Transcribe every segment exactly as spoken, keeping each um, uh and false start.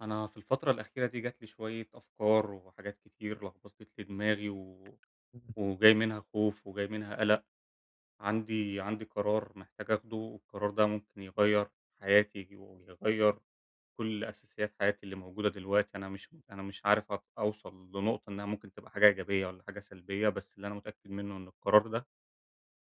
أنا في الفترة الأخيرة دي جات لي شوية أفكار وحاجات كتير لخبطت لي دماغي و... إمم، وجاي منها خوف وجاي منها قلق. عندي عندي قرار محتاج أخده، والقرار ده ممكن يغير حياتي ويغير كل أساسيات حياتي اللي موجودة دلوقتي. أنا مش أنا مش عارف أط- أوصل لنقطة إنها ممكن تبقى حاجة إيجابية ولا حاجة سلبية، بس اللي أنا متأكد منه إن القرار ده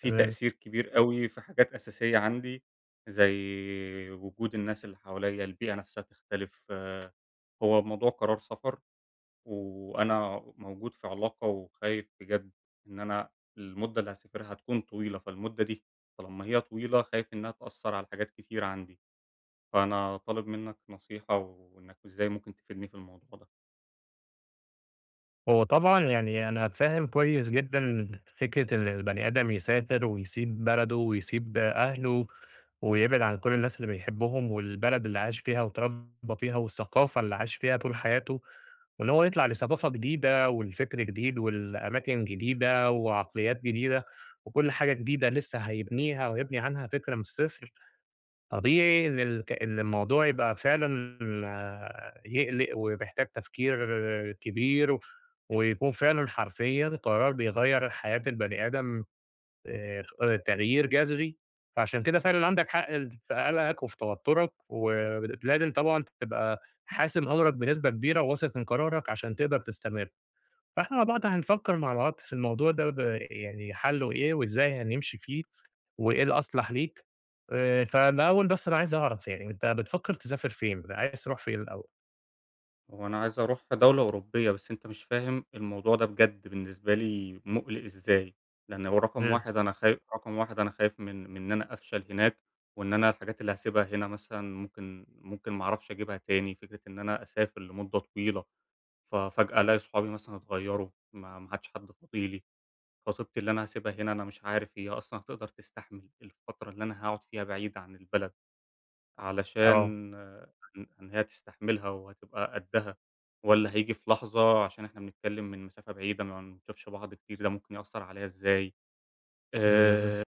فيه تمام. تأثير كبير قوي في حاجات أساسية عندي، زي وجود الناس اللي حواليا، البيئة نفسها تختلف. هو موضوع قرار سفر، وأنا موجود في علاقة وخايف بجد إن أنا المدة اللي هاسافرها هتكون طويلة، فالمدة دي طالما هي طويلة خايف إنها تأثّر على حاجات كتير عندي، فأنا طالب منّك نصيحة وإنّك إزاي ممكن تفيدني في الموضوع ده. هو طبعًا يعني أنا فاهم كويس جدًا فكرة إن البني آدم يسافر ويسيب بلده ويسيب أهله، ويبعد عن كل الناس اللي بيحبهم والبلد اللي عاش فيها واتربى فيها والثقافة اللي عاش فيها طول حياته، وإن هو يطلع لثقافة جديدة ولفكر جديد ولأماكن جديدة وعقليات جديدة، وكل حاجة جديدة لسه هيبنيها ويبني عنها فكرة من الصفر. طبيعي إن الك إن الموضوع يبقى فعلًا آه، يقلق ومحتاج تفكير كبير، و- ويكون فعلًا حرفيًا قرار بيغيّر حياة البني آدم آآ تغيير جذري، فعشان كده فعلًا عندك حق ال في قلقك وفي توترك، ولازم طبعًا تبقى حاسم أمرك بنسبة كبيرة وواثق من قرارك عشان تقدر تستمر، فإحنا مع بعض هنفكر مع بعض في الموضوع ده ب يعني حلّه إيه وإزاي هنمشي فيه. وإيه الأصلح ليك، آآ، فالأول بس أنا عايز أعرف يعني أنت بتفكّر تسافر فين؟ عايز تروح فين الأول؟ هو أنا عايز أروح دولة أوروبية، بس أنت مش فاهم الموضوع ده بجد بالنسبة لي مُقلق إزاي، لإن هو رقم إمم، واحد، أنا خاي رقم واحد أنا خايف من من إن أنا أفشل هناك، وإن أنا الحاجات اللي هاسيبها هنا مثلًا ممكن ممكن ما أعرفش أجيبها تاني. فكرة إن أنا أسافر لمدة طويلة ففجأة ألاقي صحابي مثلًا اتغيّروا، ما ما عادش حد فاضي لي، خطيبتي اللي أنا هاسيبها هنا أنا مش عارف هي أصلًا هتقدر تستحمل الفترة اللي أنا هاقعد فيها بعيد عن البلد، علشان آه، إن إن هي تستحملها وهتبقى قدّها، والّا هييجي في لحظة عشان إحنا بنتكلّم من مسافة بعيدة ما بنشوفش بعض كتير ده ممكن يأثّر عليّا إزاي؟ آه. آآ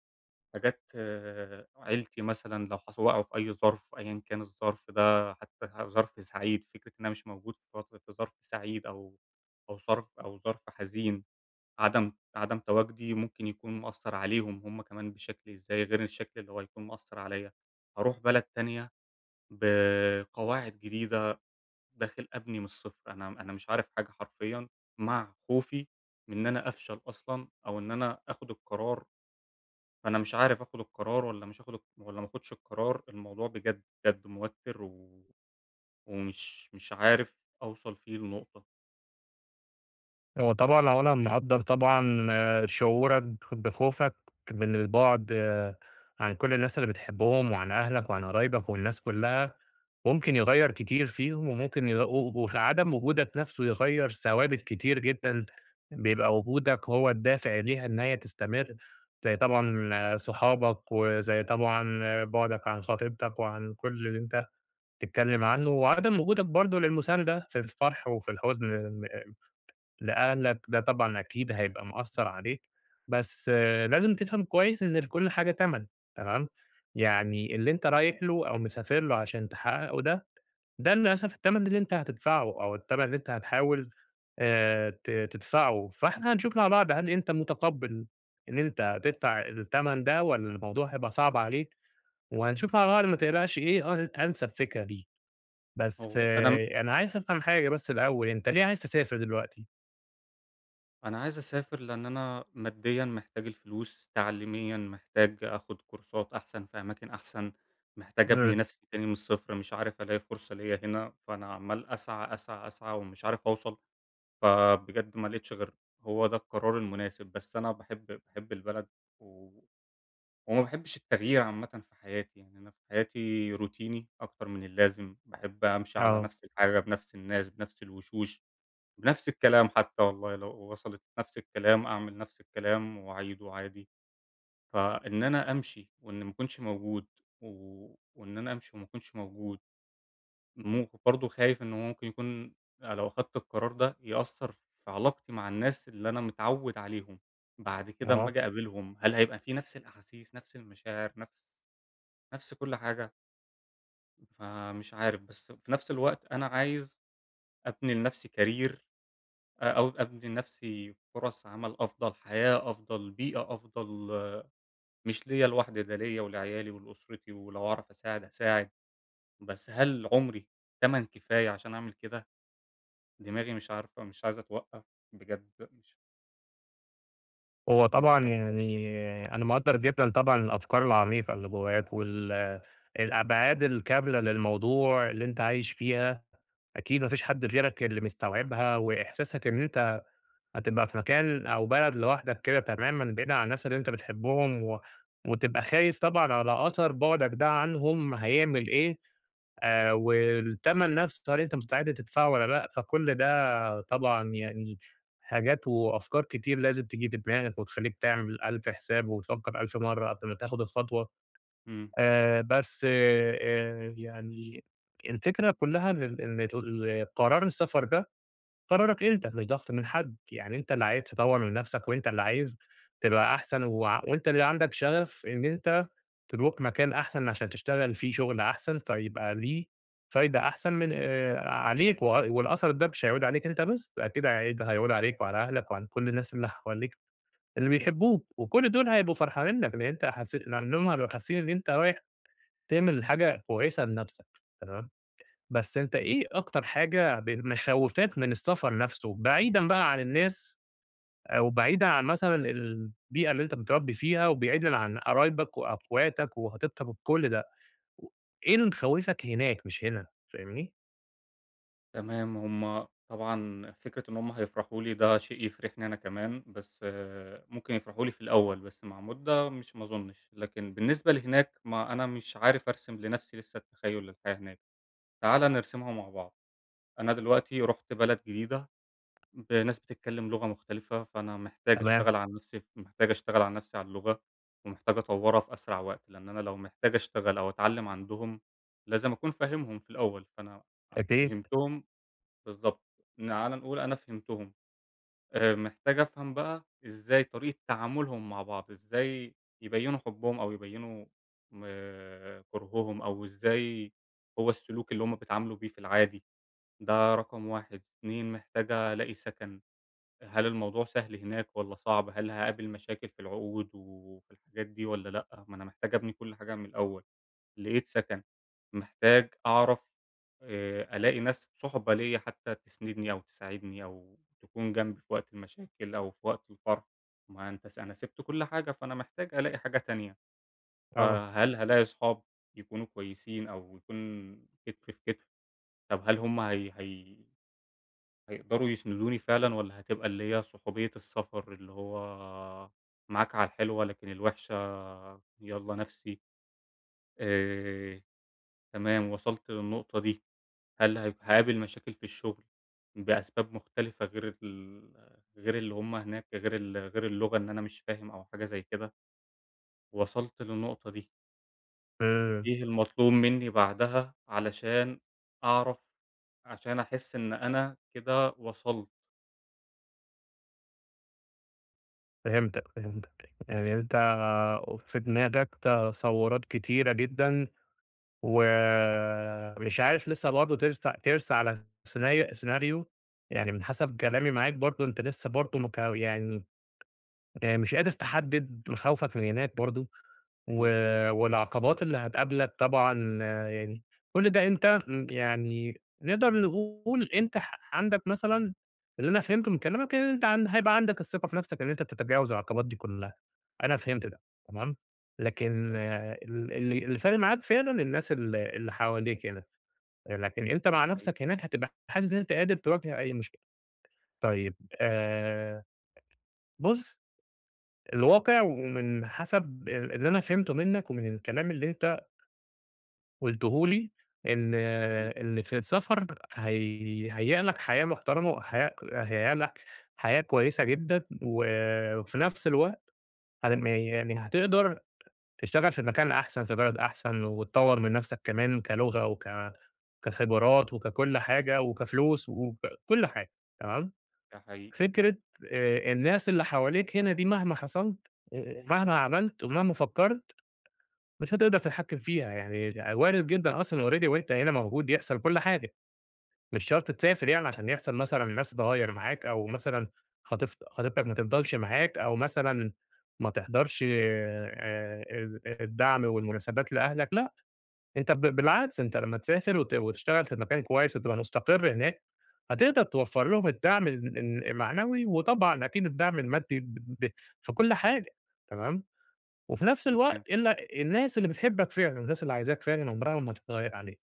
حاجات، آه، عيلتي مثلًا لو حص وقعوا في أي ظرف أيًا كان الظرف ده، حتى ظرف سعيد، فكرة إن أنا مش موجود في ظرف في ظرف سعيد أو أو ظرف أو ظرف حزين، عدم عدم تواجدي ممكن يكون مأثّر عليهم هم كمان بشكل إزاي، غير الشكل اللي هو هيكون مأثّر عليّا. هاروح بلد تانية بقواعد جديدة، داخل أبني من الصفر، أنا أنا مش عارف حاجة حرفيًا، مع خوفي من إن أنا أفشل أصلًا أو إن أنا آخُد القرار، فأنا مش عارف آخُد القرار والّا مش آخُد الق والّا ما آخُدش القرار. الموضوع بجد، بجد موتِّر، و ومش مش عارف أوصل فيه لنقطة. هو طبعًا أولًا مقدّر طبعًا آه، شعورك بخوفك من البُعد آه، عن كل الناس اللي بتحبهم وعن أهلك وعن قرايبك والناس كلّها، ممكن يغيّر كتير فيهم وممكن يغ و وعدم وجودك نَفْسه يغيّر ثوابت كتير جدًا، بيبقى وجودك هو الدافع ليها إن هي تستمر، زي طبعًا آه، صحابك وزي طبعًا آه، بُعدك عن خطيبتك وعن كل اللي أنت بتتكلّم عنه، وعدم وجودك برضه للمساندة في الفرح وفي الحزن. لأهلك ده طبعًا أكيد هيبقى مأثّر عليك، بس آه، لازم تفهم كويس إن لكل حاجة تَمَن تمام، يعني اللي أنت رايح له أو مسافر له عشان تحقّقه ده، ده للأسف التَمَن اللي أنت هتدفعه أو التَمَن اللي أنت هتحاول آآ ت تدفعه، فإحنا هنشوف مع بعض هل أنت متقبّل إن أنت هتدفع التَمَن ده والّا الموضوع هيبقى صعب عليك، وهنشوف مع بعض ما تقلقش إيه أن أنسب فكرة ليك، بس هو أنا م آه، أنا عايز أفهم حاجة بس الأول، أنت ليه عايز تسافر دلوقتي؟ أنا عايز أسافر لإن أنا ماديًا محتاج الفلوس، تعليميًا محتاج آخُد كورسات أحسن في أماكن أحسن، محتاج أبني إمم. نَفْسي تاني من الصفر، مش عارف ألاقي فرصة ليّا هنا، فأنا عمّال أسعى، أسعى، أسعى ومش عارف أوصل، فبجد ما لقيتش غير هو ده القرار المناسب. بس أنا باحب باحب البلد و وما باحبش التغيير عامةً في حياتي. يعني أنا في حياتي روتيني أكتر من اللازم، باحب أمشي على آه. نفس الحاجة بنفس الناس بنفس الوشوش، بنفس الكلام، حتى والله لو وصلت نفس الكلام أعمل نفس الكلام وأعيده عادي. فإن أنا أمشي وإن ما أكونش موجود و وإن أنا أمشي وما أكونش موجود، مو برضه خايف إن هو ممكن يكون لو أخدت القرار ده يأثّر في علاقتي مع الناس اللي أنا متعود عليهم. بعد كده أمّا آه، آجي أقابلهم هل هيبقى في نفس الأحاسيس، نفس المشاعر، نفس نفس كل حاجة، فمش عارف. بس في نفس الوقت أنا عايز أبني لنفسي career، أ أو أبني لنفسي فرص عمل أفضل، حياة أفضل، بيئة أفضل، مش ليّا لوحدي، ده ليّا ولعيالي ولأسرتي، ولو أعرف أساعد هاساعد. بس هل عمري تَمَن كفاية عشان أعمل كده؟ دماغي مش عارفة، مش عايزة توقّف، بجد مش هو مش طبعًا عارف. يعني أنا مقدّر جدًا طبعًا الأفكار العميقة اللي جواك وال الأبعاد الكاملة للموضوع اللي أنت عايش فيها، أكيد ما فيش حد غيرك اللي مستوعبها، وإحساسك إن أنت هتبقى في مكان أو بلد لوحدك كده تمامًا بعيد عن الناس اللي أنت بتحبهم، و وتبقى خايف طبعًا على أثر بُعدك ده عنهم هيعمل إيه آآ والتمن نفسه هل أنت مستعد تدفعه والّا لأ؟ فكل ده طبعًا يعني حاجات وأفكار كتير لازم تيجي في دماغك وتخلّيك تعمل ألف حساب وتفكّر ألف مرّة قبل ما تاخد الخطوة، إمم. آآ بس آآ يعني الفكرة كلّها إن ال إن ال قرار السفر ده قرارك أنت مش ضغط من حد، يعني أنت اللي عايز تطوّر من نفسك وأنت اللي عايز تبقى أحسن وع وأنت اللي عندك شغف إن أنت تروح مكان أحسن عشان تشتغل فيه شغل أحسن، فيبقى ليه فايدة أحسن من آآ عليك و والأثر ده مش هيعود عليك أنت بس، أكيد هيعيد هيعود عليك وعلى أهلك وعلى كل الناس اللي حواليك اللي بيحبوك، وكل دول هيبقوا فرحانين لك، لإن أنت حسيت لإنهم هيبقوا حاسين إن أنت رايح تعمل حاجة كويسة لنفسك، تمام؟ بس أنت إيه أكتر حاجة ب مخوّفاك من السفر نفسه، بعيدًا بقى عن الناس أو بعيدًا عن مثلًا البيئة اللي أنت متربي فيها، وبعيدًا عن قرايبك وأخواتك وخطيبتك وكل ده، إيه اللي مخوّفك هناك مش هنا، فاهمني؟ تمام، هم طبعًا فكرة إن هم هيفرحوا لي ده شيء يفرحني أنا كمان، بس آه، ممكن يفرحوا لي في الأول، بس مع مدة مش ما أظنش. لكن بالنسبة لهناك، ما أنا مش عارف أرسم لنفسي لسه التخيُّل للحياة هناك. تعالَ نرسمها مع بعض. أنا دلوقتي رُحت بلد جديدة ب ناس بتتكلم لغة مختلفة، فأنا محتاج تمام، أشتغل على نفسي ف محتاج أشتغل على نفسي على اللغة، ومحتاج أطوّرها في أسرع وقت، لأن أنا لو محتاج أشتغل أو أتعلم عندهم، لازم أكون فاهمهم في الأول، فأنا أكيد، فهمتهم بالضبط. تعالَ نقول أنا فهمتهم، آآ محتاج أفهم بقى إزاي طريقة تعاملهم مع بعض، إزاي يبيّنوا حُبّهم أو يبيّنوا م كُرههم، أو إزاي هو السلوك اللي هم بيتعاملوا بيه في العادي. ده رقم واحد، اتنين محتاج ألاقي سَكَن، هل الموضوع سهل هناك والّا صعب؟ هل هاقابل مشاكل في العقود وفي الحاجات دي والّا لأ؟ ما أنا محتاج أبني كل حاجة من الأول. لقيت سكن، محتاج أعرف آآ ألاقي ناس صُحبة ليّا حتى تسندني أو تساعدني أو تكون جنبي في وقت المشاكل أو في وقت الفرح، ما أنت س أنا سِبت كل حاجة، فأنا محتاج ألاقي حاجة تانية، آه، فهل هالاقي صحاب يكونوا كويسين أو يكون كتف في كتف؟ طب هل هم هي هي هيقدروا يسندوني فعلًا، والّا هتبقى اللي هي صُحوبية السفر، اللي هو معاك على الحلوة لكن الوحشة يالّا نَفْسي. آآ تمام، وصلت للنقطة دي. هل هي هاقابل مشاكل في الشغل بأسباب مختلفة غير ال غير اللي هم هناك، غير ال غير اللغة إن أنا مش فاهم أو حاجة زي كده؟ وصلت للنقطة دي، إمم، إيه المطلوب منّي بعدها علشان أعرف عشان أحس إن أنا كده وصلت. فهمتك، فهمتك، يعني أنت في دماغك تصورات كتيرة جدًا ومش عارف لسه برضه ترسى ترسى على سيناري سيناريو يعني من حسب كلامي معاك برضه أنت لسه برضه مك يعني آآ مش قادر تحدد مخاوفك من هناك برضه، و مضبوط. والعقبات اللي هتقابلك طبعًا آه، يعني كل ده أنت م يعني نقدر نقول أنت ح عندك مثلًا اللي أنا فهمته من كلامك إن أنت عن هيبقى عندك الثقة في نفسك إن أنت تتجاوز العقبات دي كلها، أنا فهمت ده تمام، لكن ده آه، ال اللي اللي فارق معاك فعلًا الناس ال اللي حواليك هنا، لكن أنت مع حقيقي. نفسك هناك هتبقى حاسس إن أنت قادر تواجه أي مشكلة. طيب آآ بُص، الواقع ومن حسب ال اللي أنا فهمته منك ومن الكلام اللي أنت قُلته لي إن إن في السفر هي هيهيأ لك حياة محترمة وحياة هيهيأ لك حياة كويسة جدًا، وفي نفس الوقت هن يعني هتقدر تشتغل في مكان أحسن، في بلد أحسن، وتطوّر من نفسك كمان كلغة وك كخبرات وككل حاجة وكفلوس وككل حاجة، تمام؟ ده حقيقي. فكرة آآ الناس اللي حواليك هنا دي مهما حصلت، آآ مهما عملت ومهما فكرت مش هتقدر تتحكم فيها، يعني وارد جدًا أصلًا already وأنت هنا موجود يحصل كل حاجة، مش شرط تسافر يعني عشان يحصل مثلًا الناس تتغيّر معاك أو مثلًا خطيف خطيبتك ما تفضلش معاك أو مثلًا ما تحضرش آآ ال الدعم والمناسبات لأهلك، لأ، أنت ب بالعكس أنت لمّا تسافر وت وتشتغل في مكان كويس وتبقى مستقر هناك، هتقدر توفّر لهم الدعم ال ال المعنوي وطبعًا أكيد الدعم المادي ب ب في كل حاجة، تمام؟ وفي نفس الوقت تمام. إلا الناس اللي بتحبك فعلًا، الناس اللي عايزاك فعلًا عمرها ما هتتغيّر عليك،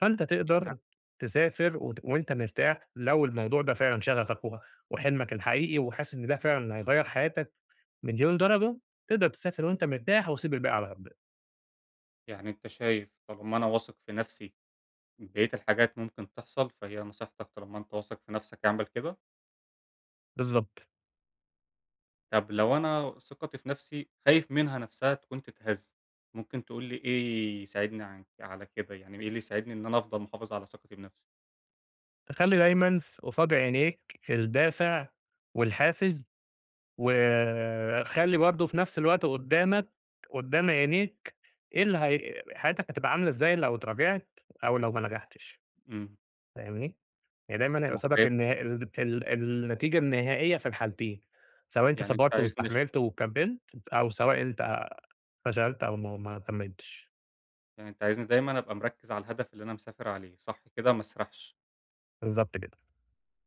فأنت ي تقدر تسافر وت وأنت مرتاح لو الموضوع ده فعلًا شغفك و وحلمك الحقيقي وحاسس إن ده فعلًا هيغيّر حياتك مليون درجة، تقدر تسافر وأنت مرتاح وسيب الباقي على ربنا، يعني أنت شايف طالما أنا واثق في نَفْسي بقية الحاجات ممكن تحصل، فهي نصيحتك طالما أنت واثق في نَفْسك اعمل كده؟ بالضبط، طب لو أنا ثقتي في نفسي خايف منها نفسها تكون تتهز، ممكن تقول لي إيه يساعدني عن على كده، يعني إيه اللي يساعدني إن أنا أفضل محافظ على ثقتي بنفسي؟ تخلّي دايمًا في- قصاد عينيك الدافع والحافز، وخلّي برضه في نفس الوقت قدّامك قدّام عينيك إيه اللي هي حياتك هتبقى عاملة إزاي لو اتراجعت أو لو ما نجحتش. إمم. فاهمني؟ يعني دايمًا هيبقى يعني قصادك طيب. النها ال ال النتيجة النهائية في الحالتين، سواء أنت يعني أنت صبرت عايزني أش واستحملت وكمّلت، أو سواء أنت فشلت أو ما ما كمّلتش، يعني أنت عايزني دايمًا أبقى مركز على الهدف اللي أنا مسافر عليه، صح كده؟ ما أسرحش. بالضبط كده،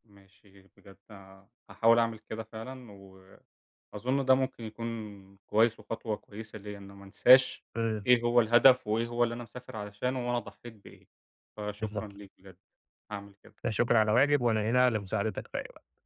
ماشي بجد، هاحاول أعمل كده فعلًا، وأظن ده ممكن يكون كويس وخطوة كويسة ليّا، إن ما انساش إمم، إيه هو الهدف، وإيه هو اللي أنا مسافر علشانه، وأنا ضحيت بإيه. فشكرًا بالضبط، ليك بجد، هاعمل كده. لا شكر على واجب وأنا هنا لمساعدتك في أي وقت.